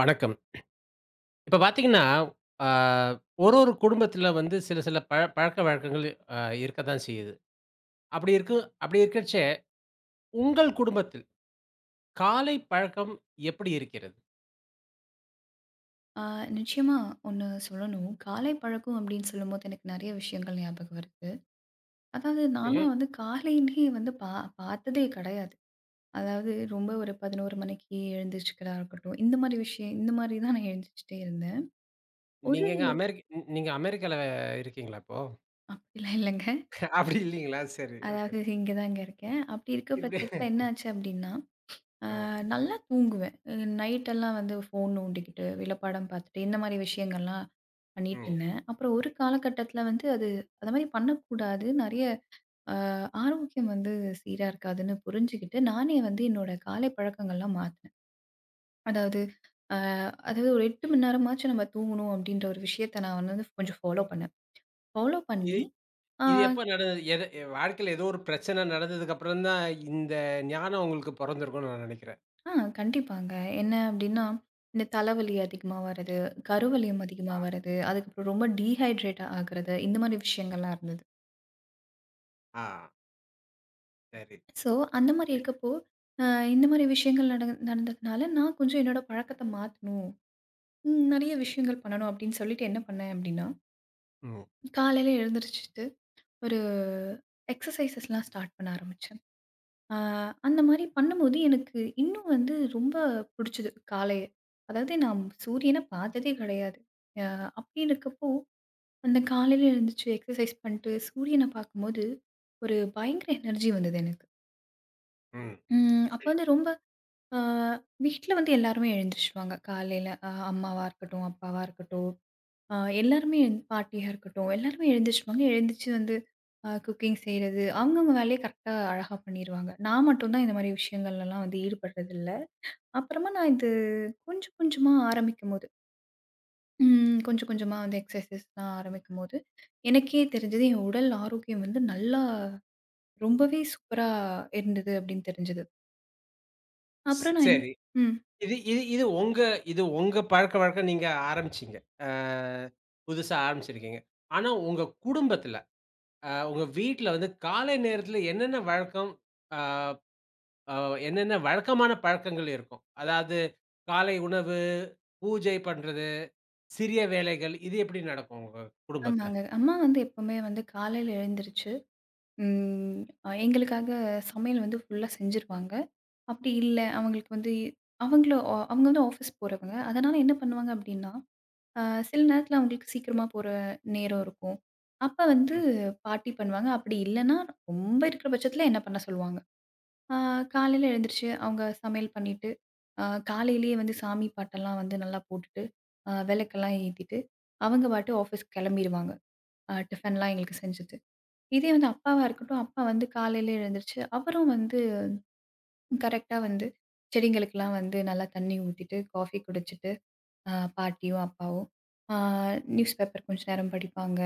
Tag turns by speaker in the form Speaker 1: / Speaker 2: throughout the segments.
Speaker 1: வணக்கம். இப்ப பார்த்தீங்கன்னா, அ ஒரு ஒரு குடும்பத்தில வந்து சில சில பழக்கவழக்கங்கள் அ இருக்கத்தான் செய்யுது. அப்படி இருக்கு அப்படி இருக்கச்ச உங்கள் குடும்பத்தில் காலை பழக்கம் எப்படி இருக்கிறது?
Speaker 2: ஆ, நிச்சயமா ஒண்ணு சொல்லணும். காலை பழக்கம் அப்படின்னு சொல்லும்போது, எனக்கு நெறைய விஷயங்கள் ஞாபகம் வருது. அதாவது
Speaker 1: ம்ஹ்ம்.
Speaker 2: நான்லாம் வந்து காலையிலயே வந்து பார்த்ததே கிடையாது. அதாவது ரொம்ப ஒரு 11 மணிக்கு எழுந்திரிச்சுக்கிறதா இருக்கட்டும், இந்த மாரி விஷயம் இந்த மாரி தான் நான் எழுந்திரிச்சுட்டே இருந்தேன். ஒரு
Speaker 1: நீங்க எங்க அமெரிக் நீ நீங்க அமெரிக்கால இருக்கீங்களா இப்போ?
Speaker 2: அப்படிலாம் இல்லங்க.
Speaker 1: அப்படி இல்லீங்களா? சரி. ஓகே.
Speaker 2: அதாவது இங்க தாங்க இருக்கேன். அப்படி இருக்க
Speaker 1: இப்படி
Speaker 2: பட்சத்தில என்ன ஆச்சு அப்படின்னா,
Speaker 1: ஆ.
Speaker 2: நல்லா தூங்குவேன். நைட்டெல்லாம் வந்து ஃபோன் நோண்டிக்கிட்டு, இல்ல படம் பார்த்துட்டு, இந்த மாரி விஷயங்கள்லாம் பண்ணிட்டு
Speaker 1: ம்.
Speaker 2: இருந்தேன். அப்புறம் ஒரு காலகட்டத்தில வந்து அந்த மாரி பண்ணக்கூடாது. நெறைய அ ஆரோக்கியம் வந்து சீரா இருக்காதுன்னு புரிஞ்சுகிட்டு, நானே வந்து என்னோட காலை பழக்கங்கள்லாம் மாத்துனேன். அதாவது அ அதாவது ஒரு 8 மணி நேரமாச்சும் நம்ம தூங்கணும் அப்படின்ற ஒரு விஷயத்த நான் வந்து கொஞ்சம் ஃபாலோ பண்ணேன். ஃபாலோ
Speaker 1: இது
Speaker 2: பண்ணி ஆ
Speaker 1: இது எப்ப நடந்தது? வாழ்க்கையில ஏதோ ஒரு பிரச்சனை நடந்ததுக்கு அப்புறம் தான் இந்த ஞானம் உங்களுக்கு பொறந்திருக்கும்னு நான் நெனைக்கிறேன்.
Speaker 2: ஆ கண்டிப்பாங்க. என்ன அப்படின்னா, இந்த தலைவலி அதிகமா வரது, கருவலியம் அதிகமா
Speaker 1: ஆ.
Speaker 2: வரது, அதுக்கப்புறம் ரொம்ப டீஹைட்ரேட் ஆகுறது, இந்த மாரி விஷயங்கள்லாம் இருந்தது.
Speaker 1: ஆ. சரி.
Speaker 2: ஸோ, அந்த மாரி இருக்கப்போ, அ இந்த மாரி விஷயங்கள் நடந்ததுனால நான் கொஞ்சம் என்னோட பழக்கத்த மாத்தணும். நெறைய விஷயங்கள் பண்ணணும் அப்படின்னு சொல்லிட்டு என்ன பண்ணேன் அப்படின்னா,
Speaker 1: ம்.
Speaker 2: காலையில எழுந்திரிச்சுட்டு ஒரு எக்ஸர்சைஸஸ்லாம் ஸ்டார்ட் பண்ண ஆரம்பிச்சேன். அ அந்த மாரி பண்ணும்போது எனக்கு இன்னும் வந்து ரொம்ப புடிச்சது காலைய. அதாவது நான் சூரியன பார்த்ததே கிடையாது. அ அப்படி இருக்கப்போ, அந்த காலையில எழுந்துச்சு எக்ஸர்சைஸ் பண்ணிட்டு சூரியன பார்க்கும்போது ஒரு பயங்கர எனர்ஜி வந்தது எனக்கு.
Speaker 1: ம்.
Speaker 2: அப்போ வந்து ரொம்ப அ வீட்ல வந்து எல்லாருமே எழுந்திரிச்சுருவாங்க. காலையில அம்மாவா இருக்கட்டும், அப்பாவா இருக்கட்டும், ஆ எல்லாருமே பாட்டியா இருக்கட்டும், எல்லாருமே எழுந்திரிச்சுருவாங்க. எழுந்திரிச்சு வந்து குக்கிங் செய்றது, அவங்கவங்க வேலைய கரெக்ட்டா அழகா பண்ணிருவாங்க. நான் மட்டும் தான் இந்த மாரி விஷயங்கள்லலாம் வந்து ஈடுபடுறதில்ல. அப்புறமா நான் இது கொஞ்சம் கொஞ்சமா ஆரம்பிக்கும்போது, கொஞ்சம் கொஞ்சமா வந்து எக்ஸர்சைஸ்லாம் ஆரம்பிக்கும்போது, எனக்கே தெரிஞ்சது என் உடல் ஆரோக்கியம் வந்து நல்லா ரொம்பவே சூப்பரா இருந்தது அப்படின்னு தெரிஞ்சது. அப்புறம் நான் என்ன
Speaker 1: சரி.
Speaker 2: ம்.
Speaker 1: இது இது இது உங்க இது உங்க பழக்கவழக்கம் நீங்க ஆரம்பிச்சீங்க. அ புதுசா ஆரம்பிச்சிருக்கீங்க. ஆனா உங்க குடும்பத்துல, உங்க வீட்ல வந்து காலை நேரத்துல என்னென்ன வழக்கம்? அ அ என்னென்ன வழக்கமான பழக்கங்கள் இருக்கும்? அதாவது காலை உணவு, பூஜை பண்றது, சிறிய வேலைகள் இது எப்படி நடக்கும் உங்க குடும்பத்துல?
Speaker 2: ஆமாங்க. அம்மா வந்து எப்பவுமே வந்து காலையில எழுந்திரிச்சு, ம். அ எங்களுக்காக சமையல் வந்து ஃபுல்லா செஞ்சுருவாங்க. அப்படி இல்ல, அவங்களுக்கு வந்து அவங்களும் அவங்க வந்து ஆஃபீஸ் போறவங்க. அதனால என்ன பண்ணுவாங்க அப்படின்னா, அ சில நேரத்தில அவங்களுக்கு சீக்கிரமா போற நேரம் இருக்கும். அப்ப வந்து
Speaker 1: ம்.
Speaker 2: பாட்டி பண்ணுவாங்க. அப்படி இல்லன்னா, ரொம்ப இருக்கிற பட்சத்தில என்ன பண்ண சொல்லுவாங்க. அ காலையில எழுந்திரிச்சு அவங்க சமையல் பண்ணிட்டு, அ காலையிலேயே வந்து சாமி பாட்டெல்லாம் வந்து நல்லா போட்டுட்டு, விளக்கெல்லாம் ஏத்திட்டு, அவங்க பாட்டு ஆஃபீஸ்க்கு கிளம்பிருவாங்க. டிஃபன்லாம் எங்களுக்கு செஞ்சு இதே வந்து அப்பாவா இருக்கட்டும், அப்பா வந்து காலையில எழுந்திருச்சு, அவரும் வந்து கரெக்ட்டா வந்து செடிங்களுக்கெல்லாம் வந்து நல்லா தண்ணி ஊத்திட்டு, காஃபி குடிச்சிட்டு, அ பாட்டியும், அப்பாவும் அ நியூஸ் பேப்பர் கொஞ்ச நேரம் படிப்பாங்க.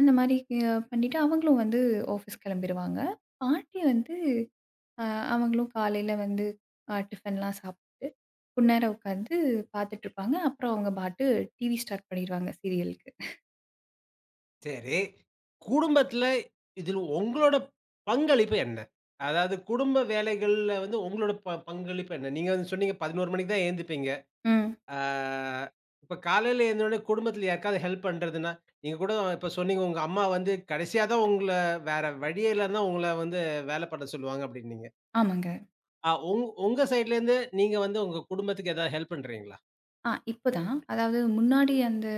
Speaker 2: அந்த மாரி பண்ணிட்டு அவங்களும் வந்து ஆஃபீஸ் கிளம்பிருவாங்க. பாட்டி வந்து அ அவங்களும் காலையில வந்து டிஃபன்லாம் சாப்பிட்டு, கொந்நேரம் உட்காந்து பார்த்துட்டுருப்பாங்க. அப்புறம் அவங்க பாட்டு டிவி ஸ்டார்ட் பண்ணிருவாங்க சீரியலுக்கு.
Speaker 1: சரி. குடும்பத்துல இதில் உங்களோட பங்களிப்பு என்ன? அதாவது குடும்ப வேலைகள்ல வந்து உங்களோட பங்களிப்பு என்ன? நீங்க வந்து சொன்னீங்க 11 மணிக்கு தான் எழுந்துப்பீங்க.
Speaker 2: ம்.
Speaker 1: ஆ, இப்ப காலையில எழுந்தவுடனே குடும்பத்தில யாருக்காவது ஹெல்ப் பண்றதுன்னா, நீங்க கூட இப்ப சொன்னீங்க, உங்க அம்மா வந்து கடைசியா தான் உங்கள வேற வழியே இல்லன்னா உங்கள வந்து வேலை பண்ண சொல்லுவாங்க அப்டின்னீங்க.
Speaker 2: ஆமாங்க.
Speaker 1: அ உங் உங்க சைட்லேருந்து நீங்க வந்து உங்க குடும்பத்துக்கு ஏதாவது ஹெல்ப் பண்றீங்களா?
Speaker 2: இப்பதான். அதாவது முன்னாடி அந்த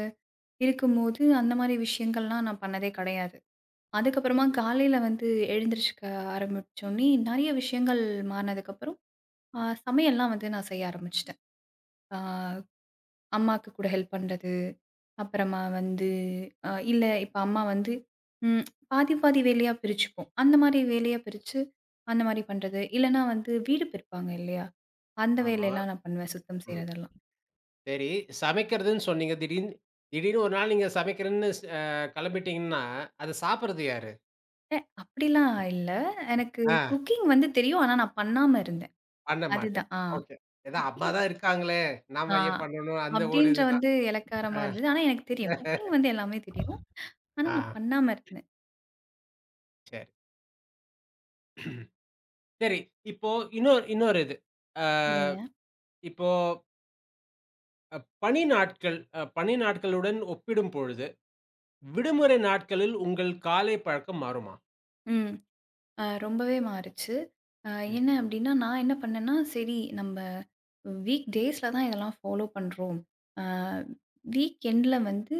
Speaker 2: இருக்கும்போது, அந்த மாரி விஷயங்கள்லாம் நான் பண்ணதே கிடையாது. அதுக்கப்புறமா காலையில வந்து எழுந்திரிச்சுக்க ஆரம்பிச்சோனே, நெறைய விஷயங்கள் மாறுனதுக்கப்புறம், சமையல்லாம் வந்து நான் செய்ய ஆரம்பிச்சுட்டேன். அ அம்மாக்கு கூட ஹெல்ப் பண்றது, அப்புறமா வந்து இல்ல இப்ப அம்மா வந்து ம் பாதி பாதி வேலையா பிரிச்சுப்போம். அந்த மாரி வேலையா பிரிச்சு, அந்த மாரி பண்றது. இல்லன்னா வந்து வீடு பெருப்பாங்க இல்லையா? அந்த
Speaker 1: ஆமா.
Speaker 2: வேலையெல்லாம் நான் பண்ணுவேன், சுத்தம்
Speaker 1: ம்.
Speaker 2: செய்றதெல்லாம்.
Speaker 1: சரி, சமைக்கிறதுன்னு சொன்னீங்க. திடீர்னு திடீர்னு ஒரு நாள் நீங்க சமைக்கிறேன்னு ஸ் அ கிளம்பிட்டீங்கன்னா, அத சாப்பிடுறது யாரு?
Speaker 2: ஏ அப்படிலாம் இல்ல. எனக்கு
Speaker 1: ஆ,
Speaker 2: குக்கிங் வந்து தெரியும். ஆனா நான் பண்ணாம இருந்தேன்.
Speaker 1: பண்ண மாட்டேன்.
Speaker 2: அதுதான். ஆ.
Speaker 1: ஓகே. ஏதோ அம்மா
Speaker 2: குக்கிங்
Speaker 1: தான் இருக்காங்களே!
Speaker 2: ஆ
Speaker 1: நாம ஏன் பண்ணணும்? அந்த ஒரு
Speaker 2: அப்டின்ற
Speaker 1: இதுதான்.
Speaker 2: வந்து இளக்காரமா
Speaker 1: ஆ.
Speaker 2: இருந்தது. ஆனா எனக்கு தெரியும். குக்கிங் வந்து எல்லாமே தெரியும். ஆனா
Speaker 1: ஆ,
Speaker 2: நான் பண்ணாம இருந்தேன்.
Speaker 1: சரி. சரி. இப்போ இன்னொரு இன்னொரு இது. அ
Speaker 2: சரிங்க.
Speaker 1: இப்போ அ பணி நாட்கள் அ பணி நாட்களுடன் ஒப்பிடும் பொழுது, விடுமுறை நாட்களில் உங்கள் காலை பழக்கம் மாறுமா?
Speaker 2: ம். அ ரொம்பவே மாறுச்சு. அ
Speaker 1: ம்.
Speaker 2: என்ன அப்டின்னா, நான் என்ன பண்ணேன்னா, சரி நம்ம வீக் டேஸ்ல தான் இதெல்லாம் ஃபாலோ பண்றோம். அ வீக் எண்ட்ல வந்து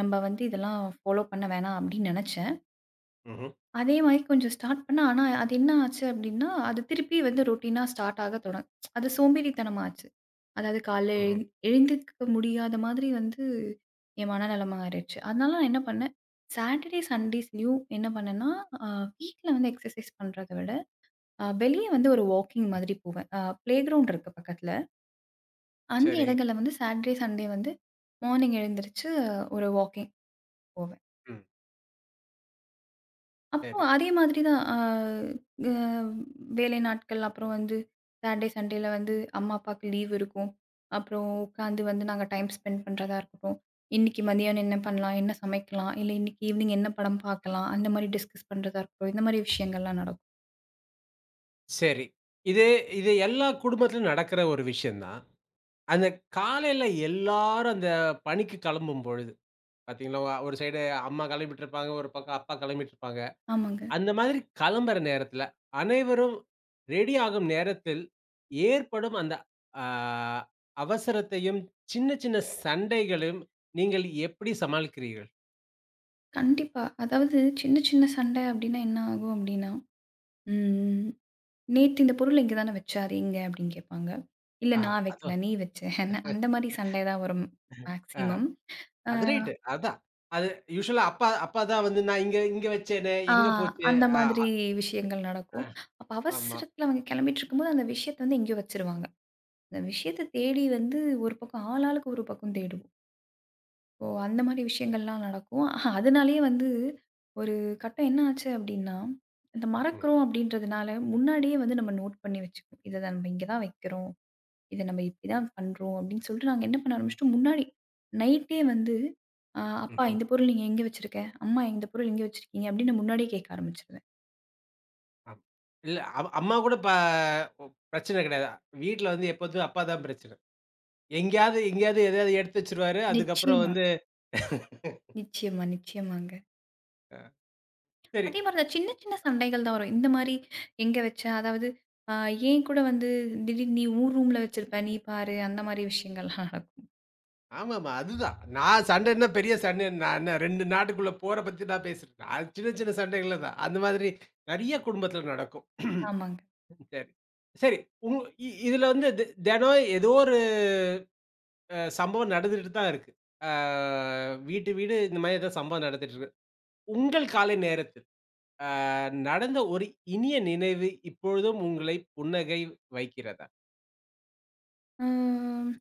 Speaker 2: நம்ம வந்து இதெல்லாம் ஃபாலோ பண்ண வேணாம் அப்டின்னு நெனச்சேன்.
Speaker 1: ம்ஹ்ம்.
Speaker 2: அதே மாரி கொஞ்சம் ஸ்டார்ட் பண்ணேன். ஆனா அது என்ன ஆச்சு அப்டின்னா, அது திருப்பி வந்து ரொட்டீனா ஸ்டார்ட் ஆக அது சோம்பேறித்தனமாச்சு. அதாவது காலைல
Speaker 1: ம்ஹ்ம்.
Speaker 2: எழுந்திரிக்க முடியாத மாதிரி வந்து என் மனநெலம ஆயிருச்சு. அதனால நான் என்ன பண்ணேன், சாட்டர்டே, சண்டேஸ்லயும் என்ன பண்ணேன்னா, அ வீட்ல வந்து எக்ஸர்சைஸ் பண்றத விட, வெளிய வந்து ஒரு வாக்கிங் மாதிரி போவேன். பிளே கிரவுண்ட் இருக்கு பக்கத்துல. அந்த
Speaker 1: சரி.
Speaker 2: இடங்கள்ல வந்து சாட்டர்டே, சண்டே வந்து மார்னிங் எழுந்திரிச்சு ஒரு வாக்கிங் போவேன்.
Speaker 1: ம்.
Speaker 2: அப்போ
Speaker 1: சரி,
Speaker 2: அதே மாதிரி தான். அ அ வேலை நாட்கள் அப்புறம் வந்து சாட்டர்டே, சண்டேல வந்து அம்மா, அப்பாவுக்கு லீவ் இருக்கும். அப்புறம் உட்காந்து வந்து நாங்க டைம் ஸ்பெண்ட் பண்றதா இருக்கட்டும். இன்னைக்கு மதியானம் என்ன பண்ணலாம்? என்ன சமைக்கலாம்? இல்ல இன்னைக்கு ஈவினிங் என்ன படம் பார்க்கலாம்? அந்த மாதிரி டிஸ்கஸ் பண்றதா இருக்கட்டும். இந்த மாதிரி விஷயங்கள்லாம் நடக்கும்.
Speaker 1: சரி. இது இது எல்லா குடும்பத்திலும் நடக்கிற ஒரு விஷயம் தான். அந்த காலையில எல்லாரும் அந்த பணிக்கு கிளம்பும் பொழுது, பார்த்தீங்களா, ஒரு சைடு அம்மா கிளம்பிட்டுருப்பாங்க, ஒரு பக்கம் அப்பா கிளம்பிட்டுருப்பாங்க.
Speaker 2: ஆமாங்க.
Speaker 1: அந்த மாதிரி கிளம்புற நேரத்துல, அனைவரும் ரெடி ஆகும் நேரத்தில் ஏற்படும் அந்த அ அவசரத்தையும், சின்ன சின்ன சண்டைகளையும் நீங்கள் எப்படி சமாளிக்கிறீர்கள்?
Speaker 2: கண்டிப்பா. அதாவது சின்ன சின்ன சண்டை அப்படின்னா என்ன ஆகும் அப்படின்னா, ம் "நேத்து இந்த பொருள் இங்க தானே வச்சாரு இங்க" அப்படின்னு கேட்பாங்க. "இல்ல
Speaker 1: ஆ,
Speaker 2: நான்
Speaker 1: அதுவா?
Speaker 2: வைக்கல, நீ வச்ச". அந்த மாதிரி சண்டை தான் வரும்,
Speaker 1: அ
Speaker 2: மேக்ஸிமம். அ
Speaker 1: அது ரைட்டு. அதான். அது யூசுவலா அப்பா அப்பா தான் வந்து, நான் இங்க இங்க வச்சேனே,
Speaker 2: ஆ
Speaker 1: எங்க போச்சு?
Speaker 2: அந்த மாதிரி
Speaker 1: ஆ,
Speaker 2: விஷயங்கள்
Speaker 1: அ
Speaker 2: நடக்கும். அப்ப
Speaker 1: ஆமா.
Speaker 2: அவசரத்துல அவங்க கிளம்பிட்டுருக்கும்போது, அந்த விஷயத்த வந்து எங்கேயோ வச்சுருவாங்க. அந்த விஷயத்த தேடி வந்து ஒரு பக்கம் ஆளாளுக்கு ஒரு பக்கம் தேடுவோம். ஓ! அந்த மாரி விஷயங்கள்லாம் நடக்கும். ஆஹா அதனாலேயே வந்து ஒரு கட்டம் என்ன ஆச்சு அப்டின்னா, இந்த
Speaker 1: ம்.
Speaker 2: மறக்கிறோம் அப்டின்றதுனால முன்னாடியே வந்து நம்ம நோட் பண்ணி வச்சுக்குவோம். இத நம்ம இங்க தான் வைக்கிறோம். இத நம்ம இப்டி தான் பண்றோம் அப்டின்னு சொல்லிட்டு நாங்க என்ன பண்ண ஆரம்பிச்சுட்டோம், முன்னாடி நைட்டே வந்து, "அப்பா
Speaker 1: ம்ஹ்ம்.
Speaker 2: இந்த பொருள் நீங்க எங்க வச்சிருக்க? அம்மா இந்த பொருள் எங்க வச்சிருக்கீங்க?" அப்டின்னு முன்னாடியே கேட்க ஆரம்பிச்சுருவேன்.
Speaker 1: ஆமா. இல்ல அம்மா கூட பிரச்சனை கிடையாது. வீட்ல வந்து எப்போதும் அப்பா தான் பிரச்சனை. எங்கேயாவது எங்கேயாவது எதையாவது எடுத்து வச்சுருவாரு. அதுக்கப்புறம்
Speaker 2: நிச்சயமா,
Speaker 1: வந்து
Speaker 2: நிச்சயமா, நிச்சயமாங்க.
Speaker 1: சரி.
Speaker 2: அதே மாரி தான் சின்ன, சின்ன சண்டைகள் தான் வரும். இந்த மாரி எங்க வச்ச? அதாவது அ ஏன் கூட வந்து திடீர்னு நீ உன் ரூம்ல வச்சிருப்ப. நீ பாரு அந்த மாரி விஷயங்கள்லாம் நடக்கும்.
Speaker 1: ஆமாமா. அதுதான். நான் சண்டைன்னா பெரிய சண்டை, நான் என்ன 2 நாட்டுக்குள்ள போற பத்தி நான் பேசுறேன்? அது சின்ன சின்ன சண்டைகள் தான். அந்த மாதிரி நெறைய குடும்பத்துல நடக்கும்.
Speaker 2: ஆமாங்க.
Speaker 1: சரி. சரி. உங் இ இதுல வந்து தினம் ஏதோ ஒரு சம்பவம் நடந்துட்டு தான் இருக்கு. ஆ, வீட்டு வீடு இந்த மாதிரி ஏதோ சம்பவம் நடந்துட்டு இருக்கு. உங்கள் காலை நேரத்தில் அ நடந்த ஒரு இனிய நினைவு இப்பொழுதும் உங்களை புன்னகை வைக்கிறதா?
Speaker 2: ம்.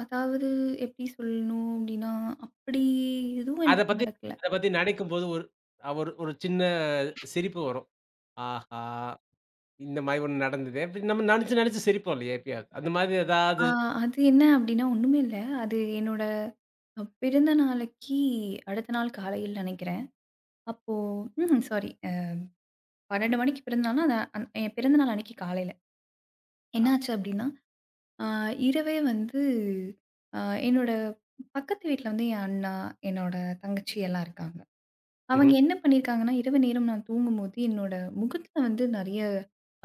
Speaker 2: அதாவது எப்படி சொல்லணும் அப்படின்னா, அப்படி எதுவும்
Speaker 1: அத
Speaker 2: எனக்கு
Speaker 1: பத்தி
Speaker 2: நடக்கல.
Speaker 1: அத பத்தி நினைக்கும்போது ஒரு ஒரு ஒரு சின்ன சிரிப்பு வரும். ஆஹா! இந்த மாரி ஒண்ணு நடந்தது அப்டின்னு நம்ம நெனச்சு நெனச்சு சிரிப்போம் இல்லையா எப்பயாவது. அந்த மாதிரி ஏதாவது?
Speaker 2: ஆ அது என்ன அப்படின்னா ஒண்ணுமே இல்ல. அது என்னோட பிறந்த நாளைக்கு அடுத்த நாள் காலையில் நினைக்கிறேன். அப்போ ம்ஹ்ம். சாரி. 12 மணிக்கு பிறந்தநாள்னா, அது அந்த- என் பிறந்த நாள் அன்னைக்கு காலையில.
Speaker 1: ஆ.
Speaker 2: என்னாச்சு அப்படின்னா, ஆ, இரவே வந்து அ என்னோட பக்கத்து வீட்ல வந்து என் அண்ணா, என்னோட தங்கச்சி எல்லாம் இருக்காங்க. அவங்க
Speaker 1: ம்ஹ்ம்.
Speaker 2: என்ன பண்ணியிருக்காங்கன்னா, இரவு நேரம் நான் தூங்கும்போது என்னோட முகத்துல வந்து நெறைய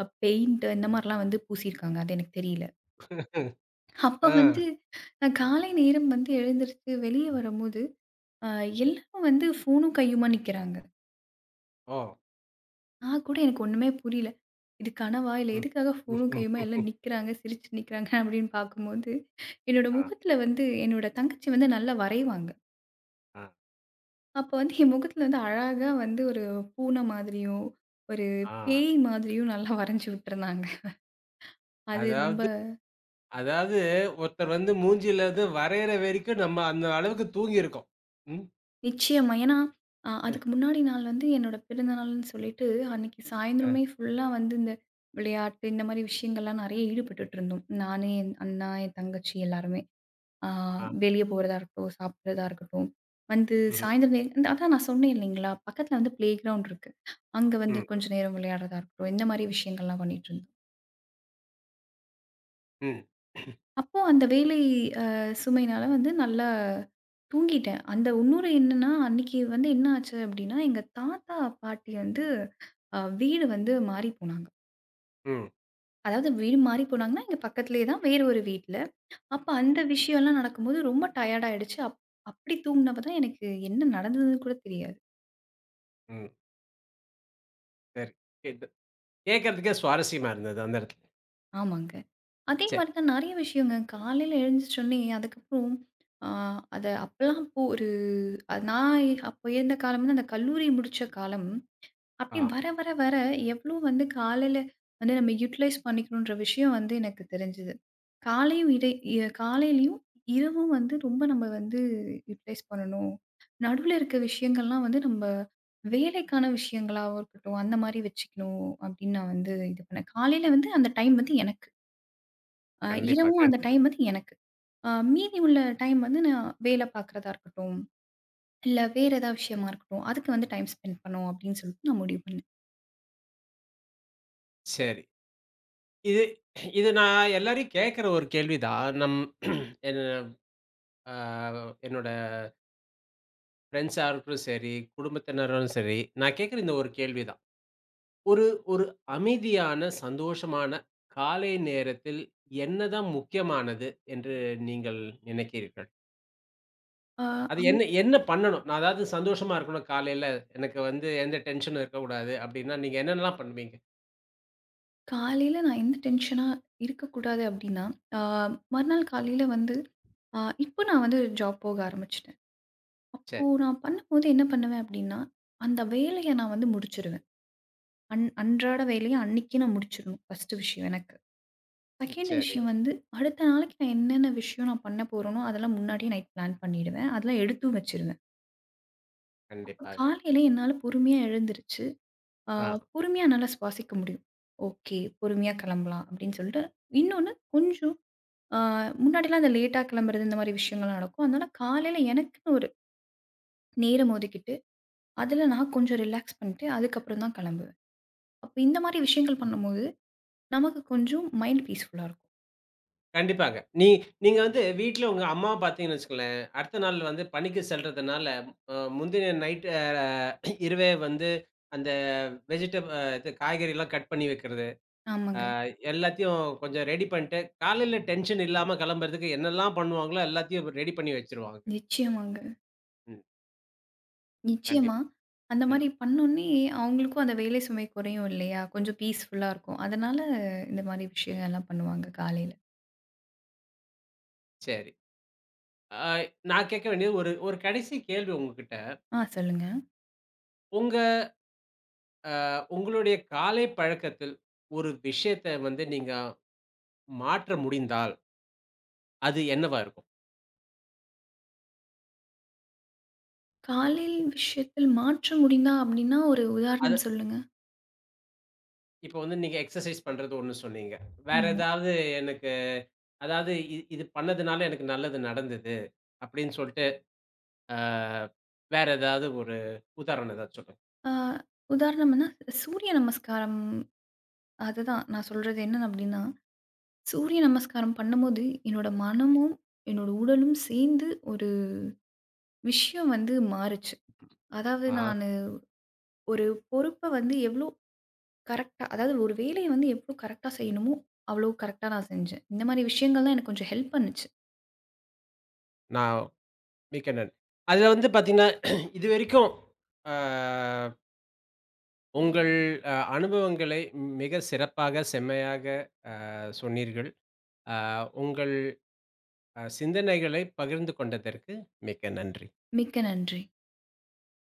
Speaker 2: பெயிண்ட் இந்த மாரிலாம் வந்து பூசியிருக்காங்க. அது எனக்கு தெரியல. அப்ப
Speaker 1: ஆ.
Speaker 2: வந்து நான் காலை நேரம் வந்து எழுந்திரிச்சு வெளிய வரும்போது, அ எல்லாரும் வந்து ஃபோனும் கையுமா நிக்கிறாங்க.
Speaker 1: ஓ!
Speaker 2: நான் கூட எனக்கு ஒண்ணுமே புரியல. இது கனவா? இல்ல
Speaker 1: ம்.
Speaker 2: எதுக்காக ஃபோனும்
Speaker 1: ம்ஹ்ம்.
Speaker 2: கையுமா எல்லாம் நிக்கிறாங்க, சிரிச்சு நிக்கிறாங்க அப்படின்னு பார்க்கும்போது என்னோட
Speaker 1: ஆ,
Speaker 2: முகத்துல வந்து என்னோட தங்கச்சி வந்து நல்லா வரைவாங்க.
Speaker 1: ஆ,
Speaker 2: அப்ப வந்து என் முகத்துல வந்து அழகா வந்து ஒரு பூனை மாதிரியும், ஒரு
Speaker 1: ஆ.
Speaker 2: பேய் மாதிரியும் நல்லா வரைஞ்சு விட்டுருந்தாங்க. அது ரொம்ப
Speaker 1: அதாவது அதாவது ஒருத்தர் வந்து மூஞ்சில இருந்து வரையற வரைக்கும் நம்ம அந்த அளவுக்கு தூங்கியிருக்கோம். ம்.
Speaker 2: நிச்சயமா. ஏன்னா, அதுக்கு முன்னாடி நாள் வந்து என்னோட பிறந்தநாள்ன்னு சொல்லிட்டு, அன்னைக்கு
Speaker 1: அ,
Speaker 2: சாயந்தரமே ஃபுல்லா வந்து இந்த விளையாட்டு, இந்த மாரி விஷயங்கள்லாம் நெறைய ஈடுபட்டுட்டு இருந்தோம். நானு, என் அண்ணா, என் தங்கச்சி எல்லாருமே. ஆ
Speaker 1: ஆ.
Speaker 2: வெளிய போறதா இருக்கட்டும், சாப்பிடுறதா இருக்கட்டும். வந்து
Speaker 1: ம்,
Speaker 2: சாயந்தரம் இந்த- அதான் நான் சொன்னேன் இல்லைங்களா? பக்கத்தில வந்து ப்ளே கிரவுண்ட் இருக்கு. அங்க வந்து
Speaker 1: ம்,
Speaker 2: கொஞ்ச நேரம் விளையாடுறதா இருக்கட்டும், இந்த மாரி விஷயங்கள்லாம் பண்ணிட்டுருந்தோம்.
Speaker 1: ம்,
Speaker 2: அப்போ அந்த வேலை அ சுமையினால வந்து நல்லா தூங்கிட்டேன். அந்த இன்னொரு என்னன்னா, அன்னைக்கு வந்து என்ன ஆச்சு அப்படின்னா, எங்க தாத்தா, பாட்டி வந்து வீடு வந்து மாறி போனாங்க.
Speaker 1: ம்,
Speaker 2: அதாவது வீடு மாறி போனாங்கன்னா, எங்க பக்கத்திலேயே தான் வேறு ஒரு வீட்ல. அப்ப அந்த விஷயம்லாம் நடக்கும்போது ரொம்ப டயர்ட் ஆயிடுச்சு. அப்படி தூங்குனப்ப தான் எனக்கு என்ன நடந்ததுன்னு கூட தெரியாது.
Speaker 1: ம். சரி. கேட்டு கேட்கறதுக்கே சுவாரஸ்யமா இருந்தது அந்த இடத்துல.
Speaker 2: ஆமாங்க. அதே
Speaker 1: சரி.
Speaker 2: மாரி தான் நெறைய விஷயங்க. காலையில எழுந்திரிச்சோனே, அதுக்கப்புறம் ஆ அத அப்பலாம் அப்போ ஒரு அது நான் அப்போ இருந்த காலம் வந்து அந்த கல்லூரி முடிச்ச காலம். அப்படி
Speaker 1: ஆ.
Speaker 2: வர வர வர எவ்வளோ வந்து காலையில வந்து நம்ம யூட்டிலைஸ் பண்ணிக்கணுன்ற விஷயம் வந்து எனக்கு தெரிஞ்சது. காலையும் இடை எ காலையிலயும், இரவும் வந்து ரொம்ப நம்ம வந்து யூட்டிலைஸ் பண்ணணும். நடுவுல இருக்க விஷயங்கள்லாம் வந்து நம்ம வேலைக்கான விஷயங்களாவும் இருக்கட்டும், அந்த மாரி வச்சுக்கணும் அப்படின்னு நான் வந்து இது பண்ணேன். காலையில வந்து அந்த டைம் வந்து எனக்கு.
Speaker 1: கண்டிப்பா,
Speaker 2: இரவும் அந்த
Speaker 1: கண்டிப்பா.
Speaker 2: டைம் வந்து எனக்கு. மீதி உள்ள டைம் வந்து நான் வேலை பார்க்குறதா இருக்கட்டும், இல்ல வேற ஏதாவது விஷயமா இருக்கட்டும், அதுக்கு வந்து டைம் ஸ்பெண்ட் பண்ணுவோம் அப்படின்னு சொல்லிட்டு நான் முடிவு பண்ணேன்.
Speaker 1: சரி. இது இது நான் எல்லாரையும் கேட்கற ஒரு கேள்விதான். என்ன, ஆ என்னோட ஃப்ரெண்ட்ஸா இருக்கட்டும் சரி, குடும்பத்தினரும் சரி, நான் கேட்கிற இந்த ஒரு கேள்வி தான். ஒரு ஒரு அமைதியான, சந்தோஷமான காலை நேரத்தில் என்னதான் முக்கியமானது என்று நீங்கள் நினைக்கிறீர்கள்?
Speaker 2: அ
Speaker 1: அது
Speaker 2: அவன்
Speaker 1: என்ன என்ன பண்ணணும்? நான் அதாவது சந்தோஷமா இருக்கணும் காலையில. எனக்கு வந்து எந்த டென்ஷனும் இருக்கக்கூடாது. அப்படின்னா, நீங்க என்னென்னலாம் பண்ணுவீங்க?
Speaker 2: காலையில நான் எந்த டென்ஷனா இருக்கக்கூடாது அப்படின்னா, அ மறுநாள் காலையில வந்து அ இப்போ நான் வந்து ஜாப் போக ஆரம்பிச்சுட்டேன். அப்போ
Speaker 1: சரி,
Speaker 2: நான் பண்ணும்போது என்ன பண்ணுவேன் அப்படின்னா, அந்த வேலைய நான் வந்து முடிச்சுருவேன். அன்றாட வேலைய அன்னைக்கு நான் முடிச்சிடணும், ஃபர்ஸ்ட்டு விஷயம் எனக்கு. செகண்ட்
Speaker 1: சரி.
Speaker 2: விஷயம் வந்து, அடுத்த நாளைக்கு நான் என்னென்ன விஷயம் நான் பண்ண போறேனோ, அதெல்லாம் முன்னாடியே நைட் பிளான் பண்ணிடுவேன். அதெல்லாம் எடுத்தும் வச்சிருவேன். அப்ப
Speaker 1: கண்டிப்பா.
Speaker 2: காலையில என்னால பொறுமையா எழுந்திருச்சு, ஆ
Speaker 1: ஆ.
Speaker 2: பொறுமையா என்னால சுவாசிக்க முடியும். ஓகே, பொறுமையா கிளம்பலாம் அப்படின்னு சொல்லிட்டு, இன்னொன்னு கொஞ்சம் ஆ முன்னாடிலாம் அந்த லேட்டா கிளம்புறது இந்த மாரி விஷயங்கள்லாம் நடக்கும். அதனால காலையில எனக்குன்னு ஒரு நேரம் ஒதுக்கிட்டு, அதுல நான் கொஞ்சம் ரிலாக்ஸ் பண்ணிட்டு, அதுக்கப்புறம் தான் கிளம்புவேன். அப்ப இந்த மாரி விஷயங்கள் பண்ணும்போது, நமக்கு கொஞ்சம் மைண்ட் பீஸ்ஃபுல்லா இருக்கும்.
Speaker 1: கண்டிப்பாங்க. நீங்க வந்து வீட்ல உங்க அம்மாவ பார்த்தீங்கன்னு வச்சுக்கோங்களேன், அடுத்த நாள் வந்து பணிக்கு செல்றதுனால, அ முந்தின நைட் அ இரவே வந்து அந்த வெஜிடப் அ இது காய்கறிலாம் கட் பண்ணி வைக்கிறது,
Speaker 2: ஆமாங்க.
Speaker 1: எல்லாத்தையும் கொஞ்சம் ரெடி பண்ணிட்டு, காலையில டென்ஷன் இல்லாம கெளம்புறதுக்கு என்னெல்லாம் பண்ணுவாங்களோ எல்லாத்தையும் ரெடி பண்ணி வச்சுருவாங்க.
Speaker 2: நிச்சயமாங்க.
Speaker 1: ம்.
Speaker 2: நிச்சயமா.
Speaker 1: கண்டிப்பா.
Speaker 2: அந்த
Speaker 1: ம்.
Speaker 2: மாரி பண்ணோனே, அவங்களுக்கும் அந்த வேலை சுமை குறையும் இல்லையா? கொஞ்சம் பீஸ்ஃபுல்லா இருக்கும். அதனால இந்த மாரி விஷயங்கள்லாம் பண்ணுவாங்க காலையில.
Speaker 1: சரி. அ நான் கேட்க வேண்டியது ஒரு ஒரு கடைசி கேள்வி உங்ககிட்ட.
Speaker 2: சொல்லுங்க.
Speaker 1: உங்க உங்களுடைய காலை பழக்கத்தில் ஒரு விஷயத்த வந்து நீங்க மாற்ற முடிந்தால், அது என்னவா இருக்கும்?
Speaker 2: காலையில் விஷயத்தில் மாற்ற முடிந்தா அப்டின்னா, ஒரு
Speaker 1: அது
Speaker 2: உதாரணம் சொல்லுங்க.
Speaker 1: இப்ப வந்து நீங்க எக்ஸர்சைஸ் பண்றது ஒண்ணு சொன்னீங்க. வேற
Speaker 2: ஆமா.
Speaker 1: ஏதாவது எனக்கு, அதாவது இது பண்ணதுனால எனக்கு நல்லது நடந்தது அப்படின்னு சொல்ட்டு, அ வேற ஏதாவது ஒரு உதாரணம் ஏதாவது சொல்லுங்க.
Speaker 2: ஆ உதாரணம்னா, சூரிய நமஸ்காரம். அதுதான் நான் சொல்றது என்ன அப்டின்னா, சூரிய நமஸ்காரம் பண்ணும்போது என்னோட மனமும், என்னோட உடலும் சேர்ந்து ஒரு விஷயம் வந்து மாறுச்சு. அதாவது
Speaker 1: ஆஹா,
Speaker 2: நானு ஒரு பொறுப்ப வந்து எவ்ளோ கரெக்ட்டா. அதாவது ஒரு வேலைய வந்து எவ்ளோ கரெக்ட்டா செய்யணுமோ, அவ்ளோ கரெக்ட்டா நான் செஞ்சேன். இந்த மாரி விஷயங்கள் தான் எனக்கு கொஞ்சம் ஹெல்ப் பண்ணுச்சு.
Speaker 1: நான் மிக்க நன்றி. அதுல வந்து பாத்தீங்கன்னா, இதுவரைக்கும் அ உங்கள் அனுபவங்களை மிக சிறப்பாக, செம்மையாக சொன்னீர்கள். அ உங்கள் சிந்தனைகளை பகிர்ந்து கொண்டதற்கு மிக்க நன்றி.
Speaker 2: மிக்க நன்றி.